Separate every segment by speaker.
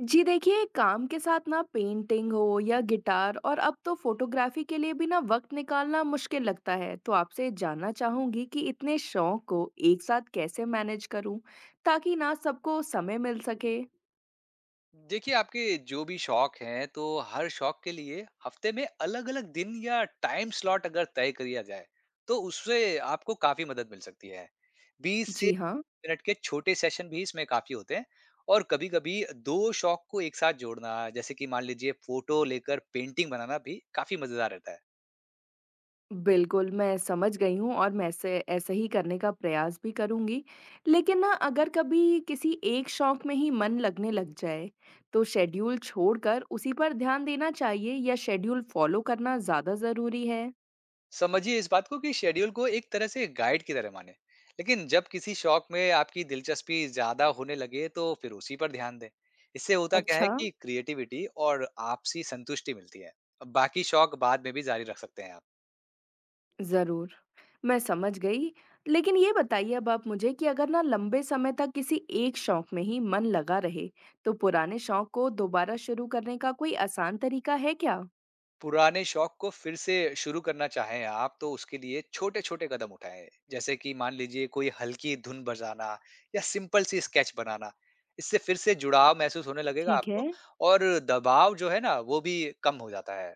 Speaker 1: जी देखिए, काम के साथ ना पेंटिंग हो या गिटार और अब तो फोटोग्राफी के लिए भी ना वक़्त निकालना मुश्किल लगता है। तो आपसे जानना चाहूँगी कि इतने शौक को एक साथ कैसे मैनेज करूँ ताकि ना सबको समय मिल सके?
Speaker 2: देखिए आपके जो भी शौक हैं तो हर शौक के लिए हफ्ते में अलग अलग दिन या टाइम स्लॉट अगर तय किया जाए तो उससे आपको काफी मदद मिल सकती है। 20 से
Speaker 1: जी हाँ,
Speaker 2: मिनट के छोटे सेशन भी इसमें काफी होते हैं। और कभी कभी दो शौक को एक साथ जोड़ना जैसे कि मान लीजिए फोटो लेकर पेंटिंग बनाना भी काफी मजेदार रहता है।
Speaker 1: बिल्कुल मैं समझ गई हूँ और मैं ऐसे ऐसे ही करने का प्रयास भी करूँगी। लेकिन ना अगर कभी किसी एक शौक में ही मन लगने लग जाए, तो शेड्यूल छोड़कर उसी पर ध्यान देना चाहिए या शेड्यूल फ़ॉलो करना ज़्यादा ज़रूरी है?
Speaker 2: समझिए इस बात को कि शेड्यूल को एक तरह से गाइड की तरह माने, लेकिन जब किसी शौक में आपकी दिलचस्पी ज्यादा होने लगे तो फिर उसी पर ध्यान दें। इससे होता क्या है
Speaker 1: अच्छा,
Speaker 2: कि क्रिएटिविटी और आपसी संतुष्टि मिलती है। बाकी शौक बाद में भी जारी रख सकते हैं आप।
Speaker 1: ज़रूर। मैं समझ गई। लेकिन ये बताइए अब आप मुझे कि अगर ना लंबे समय तक किसी एक शौक में ही मन लगा रहे, तो पुराने शौक को दोबारा शुरू करने का कोई आसान तरीका है क्या?
Speaker 2: पुराने शौक को फिर से शुरू करना चाहें आप तो उसके लिए छोटे छोटे कदम उठाएं जैसे कि मान लीजिए कोई हल्की धुन बजाना या सिंपल सी स्केच बनाना। इससे फिर से जुड़ाव महसूस होने लगेगा
Speaker 1: ठीक है।
Speaker 2: आपको। और दबाव जो है ना वो भी कम हो जाता है।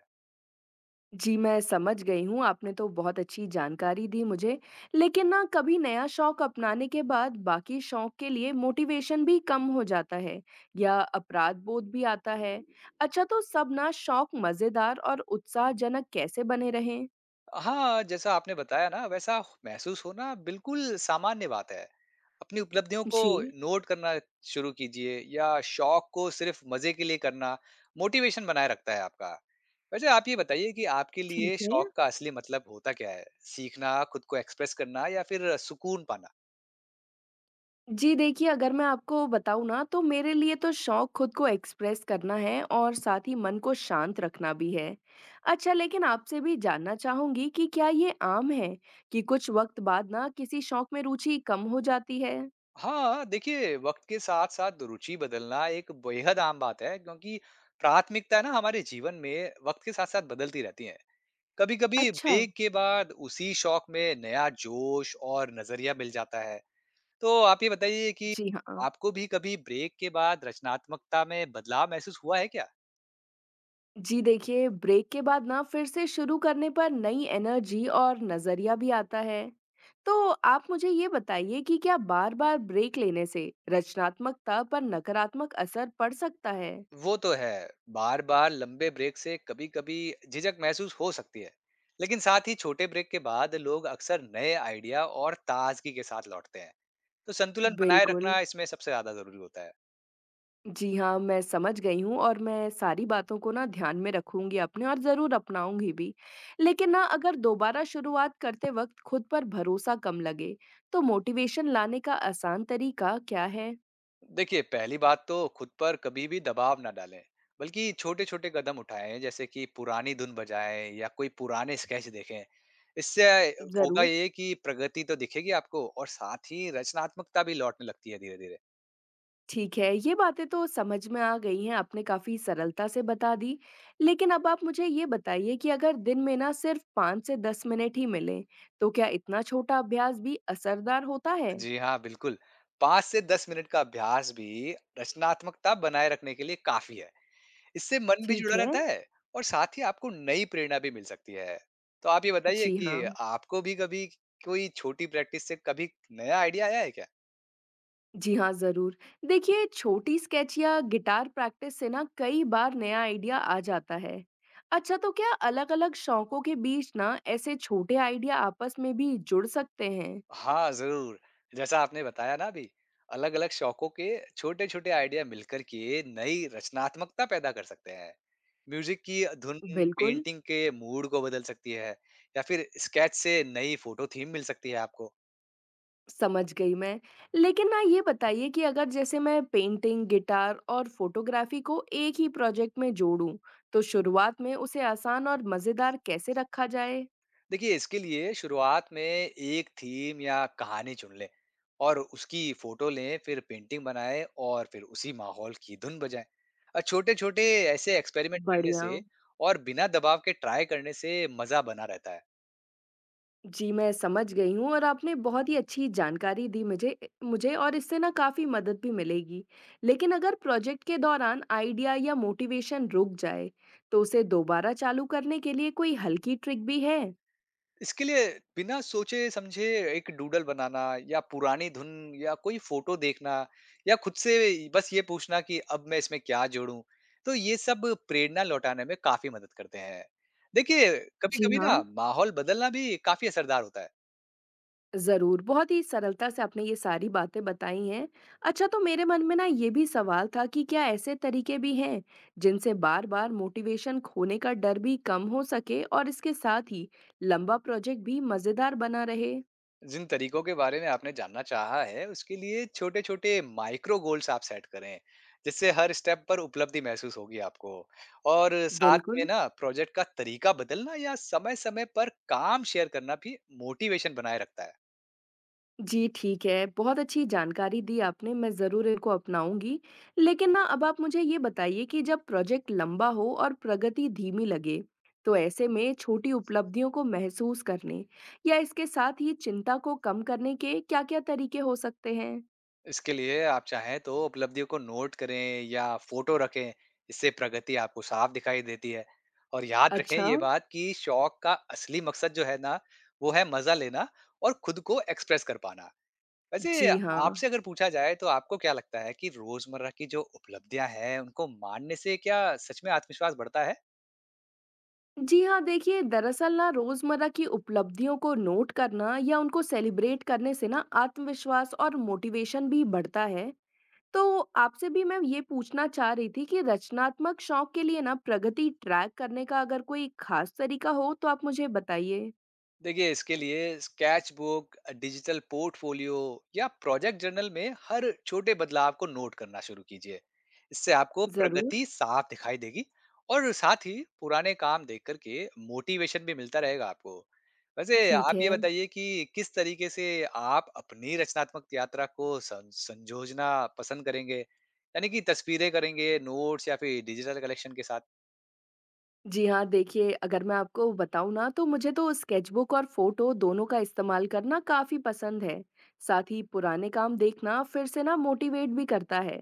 Speaker 1: जी, मैं समझ गई हूँ। आपने तो बहुत अच्छी जानकारी दी मुझे। लेकिन ना कभी नया शौक अपनाने के बाद बाकी शौक के लिए मोटिवेशन भी कम हो जाता है या अपराध बोध भी आता है। अच्छा, तो सब ना शौक मज़ेदार और उत्साहजनक कैसे बने रहें?
Speaker 2: हाँ, जैसा आपने बताया ना वैसा महसूस होना बिल्कुल सामान्य बात है। अपनी उपलब्धियों को
Speaker 1: जी,
Speaker 2: नोट करना शुरू कीजिए या शौक को सिर्फ मज़े के लिए करना मोटिवेशन बनाए रखता है आपका। वैसे आप ये बताइए कि आपके
Speaker 1: ठीक
Speaker 2: लिए
Speaker 1: है।
Speaker 2: शौक का असली मतलब होता क्या है? सीखना, खुद को एक्सप्रेस करना या फिर सुकून पाना?
Speaker 1: जी, देखिए अगर मैं आपको बताऊँ ना तो मेरे लिए तो शौक खुद को एक्सप्रेस करना है और साथ ही मन को शांत रखना भी है। अच्छा लेकिन आपसे भी जानना चाहूँगी कि क्या ये आम है कि कुछ वक़्त बाद ना किसी शौक में रुचि कम हो जाती है?
Speaker 2: हाँ, देखिए वक़्त के साथ-साथ रुचि बदलना एक बेहद आम बात है क्योंकि प्राथमिकता ना हमारे जीवन में वक़्त के साथ-साथ बदलती रहती हैं। कभी कभी
Speaker 1: अच्छा।
Speaker 2: ब्रेक के बाद उसी शौक में नया जोश और नजरिया मिल जाता है। तो आप ये बताइए कि
Speaker 1: जी हाँ।
Speaker 2: आपको भी कभी ब्रेक के बाद रचनात्मकता में बदलाव महसूस हुआ है क्या?
Speaker 1: जी देखिए, ब्रेक के बाद ना फिर से शुरू करने पर नई एनर्जी और नज़रिया भी आता है। तो आप मुझे ये बताइए कि क्या बार-बार ब्रेक लेने से रचनात्मकता पर नकारात्मक असर पड़ सकता है?
Speaker 2: वो तो है, बार बार लंबे ब्रेक से कभी कभी झिझक महसूस हो सकती है, लेकिन साथ ही छोटे ब्रेक के बाद लोग अक्सर नए आइडिया और ताजगी के साथ लौटते हैं। तो संतुलन बनाए
Speaker 1: बिल्कुल।
Speaker 2: रखना इसमें सबसे ज्यादा जरूरी होता है।
Speaker 1: जी हाँ, मैं समझ गई हूँ और मैं सारी बातों को ना ध्यान में रखूँगी अपने और ज़रूर अपनाऊँगी भी। लेकिन ना अगर दोबारा शुरुआत करते वक़्त खुद पर भरोसा कम लगे, तो मोटिवेशन लाने का आसान तरीका क्या है?
Speaker 2: देखिए पहली बात तो खुद पर कभी भी दबाव ना डालें, बल्कि छोटे छोटे कदम उठाएं जैसे कि पुरानी धुन बजाएं या कोई पुराने स्केच देखें। इससे होगा
Speaker 1: ज़रूर।
Speaker 2: ये कि प्रगति तो दिखेगी आपको और साथ ही रचनात्मकता भी लौटने लगती है धीरे धीरे।
Speaker 1: ठीक है, ये बातें तो समझ में आ गई हैं, आपने काफ़ी सरलता से बता दी। लेकिन अब आप मुझे ये बताइए कि अगर दिन में ना सिर्फ 5 से 10 मिनट ही मिलें, तो क्या इतना छोटा अभ्यास भी असरदार होता है?
Speaker 2: जी हाँ बिल्कुल, 5 से 10 मिनट का अभ्यास भी रचनात्मकता बनाए रखने के लिए काफी है। इससे मन भी
Speaker 1: ठीक
Speaker 2: जुड़ा
Speaker 1: है।
Speaker 2: रहता है और साथ ही आपको नई प्रेरणा भी मिल सकती है। तो आप ये बताइए
Speaker 1: जी हाँ।
Speaker 2: कि आपको भी कभी कोई छोटी प्रैक्टिस से कभी नया आइडिया आया है क्या?
Speaker 1: जी हाँ, ज़रूर। देखिए, छोटी स्केच या गिटार प्रैक्टिस से ना कई बार नया आइडिया आ जाता है। अच्छा, तो क्या अलग-अलग शौकों के बीच ना ऐसे छोटे आइडिया आपस में भी जुड़ सकते हैं?
Speaker 2: हाँ, ज़रूर। जैसा आपने बताया ना अभी, अलग-अलग शौकों के छोटे-छोटे आइडिया मिलकर के नई रचनात्मकता पैदा कर सकते हैं। म्यूज़िक की धुन
Speaker 1: बिल्कुल।
Speaker 2: पेंटिंग के मूड को बदल सकती है या फिर स्केच से नई फ़ोटो थीम मिल सकती है आपको।
Speaker 1: समझ गई मैं। लेकिन ना ये बताइए कि अगर जैसे मैं पेंटिंग, गिटार और फ़ोटोग्राफ़ी को एक ही प्रोजेक्ट में जोड़ूँ, तो शुरुआत में उसे आसान और मज़ेदार कैसे रखा जाए?
Speaker 2: देखिए, इसके लिए शुरुआत में एक थीम या कहानी चुन लें और उसकी फ़ोटो लें, फिर पेंटिंग बनाएँ और फिर उसी माहौल की धुन बजाएँ। छोटे-छोटे ऐसे एक्सपेरिमेंट करने
Speaker 1: बढ़िया।
Speaker 2: से और बिना दबाव के ट्राई करने से मज़ा बना रहता है।
Speaker 1: जी, मैं समझ गई हूँ और आपने बहुत ही अच्छी जानकारी दी मुझे और इससे ना काफ़ी मदद भी मिलेगी। लेकिन अगर प्रोजेक्ट के दौरान आइडिया या मोटिवेशन रुक जाए, तो उसे दोबारा चालू करने के लिए कोई हल्की ट्रिक भी है?
Speaker 2: इसके लिए बिना सोचे समझे एक डूडल बनाना या पुरानी धुन या कोई फोटो देखना या खुद से बस ये पूछना कि अब मैं इसमें क्या जोड़ूं। तो ये सब प्रेरणा लौटाने में काफी मदद करते हैं। देखिए
Speaker 1: जी
Speaker 2: कभी-कभी ना
Speaker 1: हाँ।
Speaker 2: माहौल बदलना भी काफी असरदार होता है।
Speaker 1: ज़रूर, बहुत ही सरलता से आपने ये सारी बातें बताई हैं। अच्छा तो मेरे मन में ना ये भी सवाल था कि क्या ऐसे तरीके भी हैं, जिनसे बार-बार मोटिवेशन खोने का डर भी कम हो सके और इसके साथ ही लंबा प्रोजेक्ट भी मज़ेदार बना रहे?
Speaker 2: जिन तरीकों के बारे में आपने जानना चाहा है उसके लिए छोटे छोटे माइक्रो गोल्स आप सेट करें, जिससे हर स्टेप पर उपलब्धि महसूस होगी आपको। और साथ में
Speaker 1: बिल्कुल।
Speaker 2: ना प्रोजेक्ट का तरीका बदलना या समय समय पर काम शेयर करना भी मोटिवेशन बनाए रखता है।
Speaker 1: जी, ठीक है। बहुत अच्छी जानकारी दी आपने, मैं ज़रूर इनको अपनाऊँगी। लेकिन ना अब आप मुझे ये बताइए कि जब प्रोजेक्ट लंबा हो और प्रगति धीमी लगे, तो ऐसे में छोटी उपलब्धियों को महसूस करने या इसके साथ ही चिंता को कम करने के क्या-क्या तरीके हो सकते हैं?
Speaker 2: इसके लिए आप चाहें तो उपलब्धियों को नोट करें या फोटो रखें। इससे प्रगति आपको साफ दिखाई देती है। और याद रखें
Speaker 1: अच्छा,
Speaker 2: ये बात कि शौक का असली मकसद जो है ना वो है मजा लेना और खुद को एक्सप्रेस कर पाना। वैसे
Speaker 1: जी हाँ।
Speaker 2: आपसे अगर पूछा जाए तो आपको क्या लगता है कि रोजमर्रा की जो उपलब्धियां हैं उनको मानने से क्या सच में आत्मविश्वास बढ़ता है?
Speaker 1: जी हाँ, देखिए दरअसल ना रोज़मर्रा की उपलब्धियों को नोट करना या उनको सेलिब्रेट करने से ना आत्मविश्वास और मोटिवेशन भी बढ़ता है। तो आपसे भी मैं ये पूछना चाह रही थी कि रचनात्मक शौक के लिए ना प्रगति ट्रैक करने का अगर कोई खास तरीका हो तो आप मुझे बताइए।
Speaker 2: देखिए इसके लिए स्केच बुक, डिजिटल पोर्टफोलियो या प्रोजेक्ट जर्नल में हर छोटे बदलाव को नोट करना शुरू कीजिए। इससे आपको
Speaker 1: जरूर।
Speaker 2: प्रगति साफ दिखाई देगी और साथ ही पुराने काम देख करके मोटिवेशन भी मिलता रहेगा आपको। वैसे
Speaker 1: ठीक
Speaker 2: आप
Speaker 1: है।
Speaker 2: ये बताइए कि किस तरीके से आप अपनी रचनात्मक यात्रा को संजोजना पसंद करेंगे? यानी कि तस्वीरें करेंगे नोट्स या फिर डिजिटल कलेक्शन के साथ?
Speaker 1: जी हाँ, देखिए अगर मैं आपको बताऊँ ना तो मुझे तो स्केचबुक और फोटो दोनों का इस्तेमाल करना काफ़ी पसंद है। साथ ही पुराने काम देखना फिर से ना मोटिवेट भी करता है।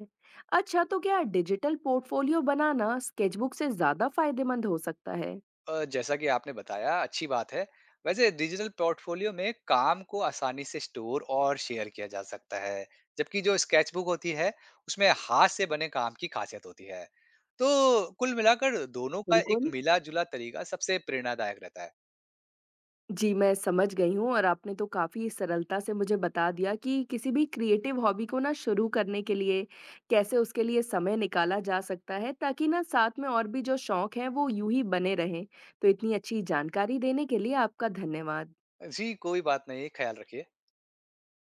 Speaker 1: अच्छा तो क्या डिजिटल पोर्टफोलियो बनाना स्केचबुक से ज़्यादा फायदेमंद हो सकता है?
Speaker 2: जैसा कि आपने बताया अच्छी बात है। वैसे डिजिटल पोर्टफोलियो में काम को आसानी से स्टोर और शेयर किया जा सकता है, जबकि जो स्केचबुक होती है, उसमें हाथ से बने काम की खासियत होती है। तो कुल मिलाकर दोनों का एक
Speaker 1: बिल्कुल।
Speaker 2: मिला-जुला तरीका सबसे प्रेरणादायक रहता है।
Speaker 1: जी, मैं समझ गई हूँ और आपने तो काफ़ी सरलता से मुझे बता दिया कि किसी भी क्रिएटिव हॉबी को ना शुरू करने के लिए, कैसे उसके लिए समय निकाला जा सकता है ताकि ना साथ में और भी जो शौक हैं वो यूँ ही बने रहें। तो इतनी अच्छी जानकारी देने के लिए आपका धन्यवाद।
Speaker 2: जी, कोई बात नहीं, ख्याल रखिए।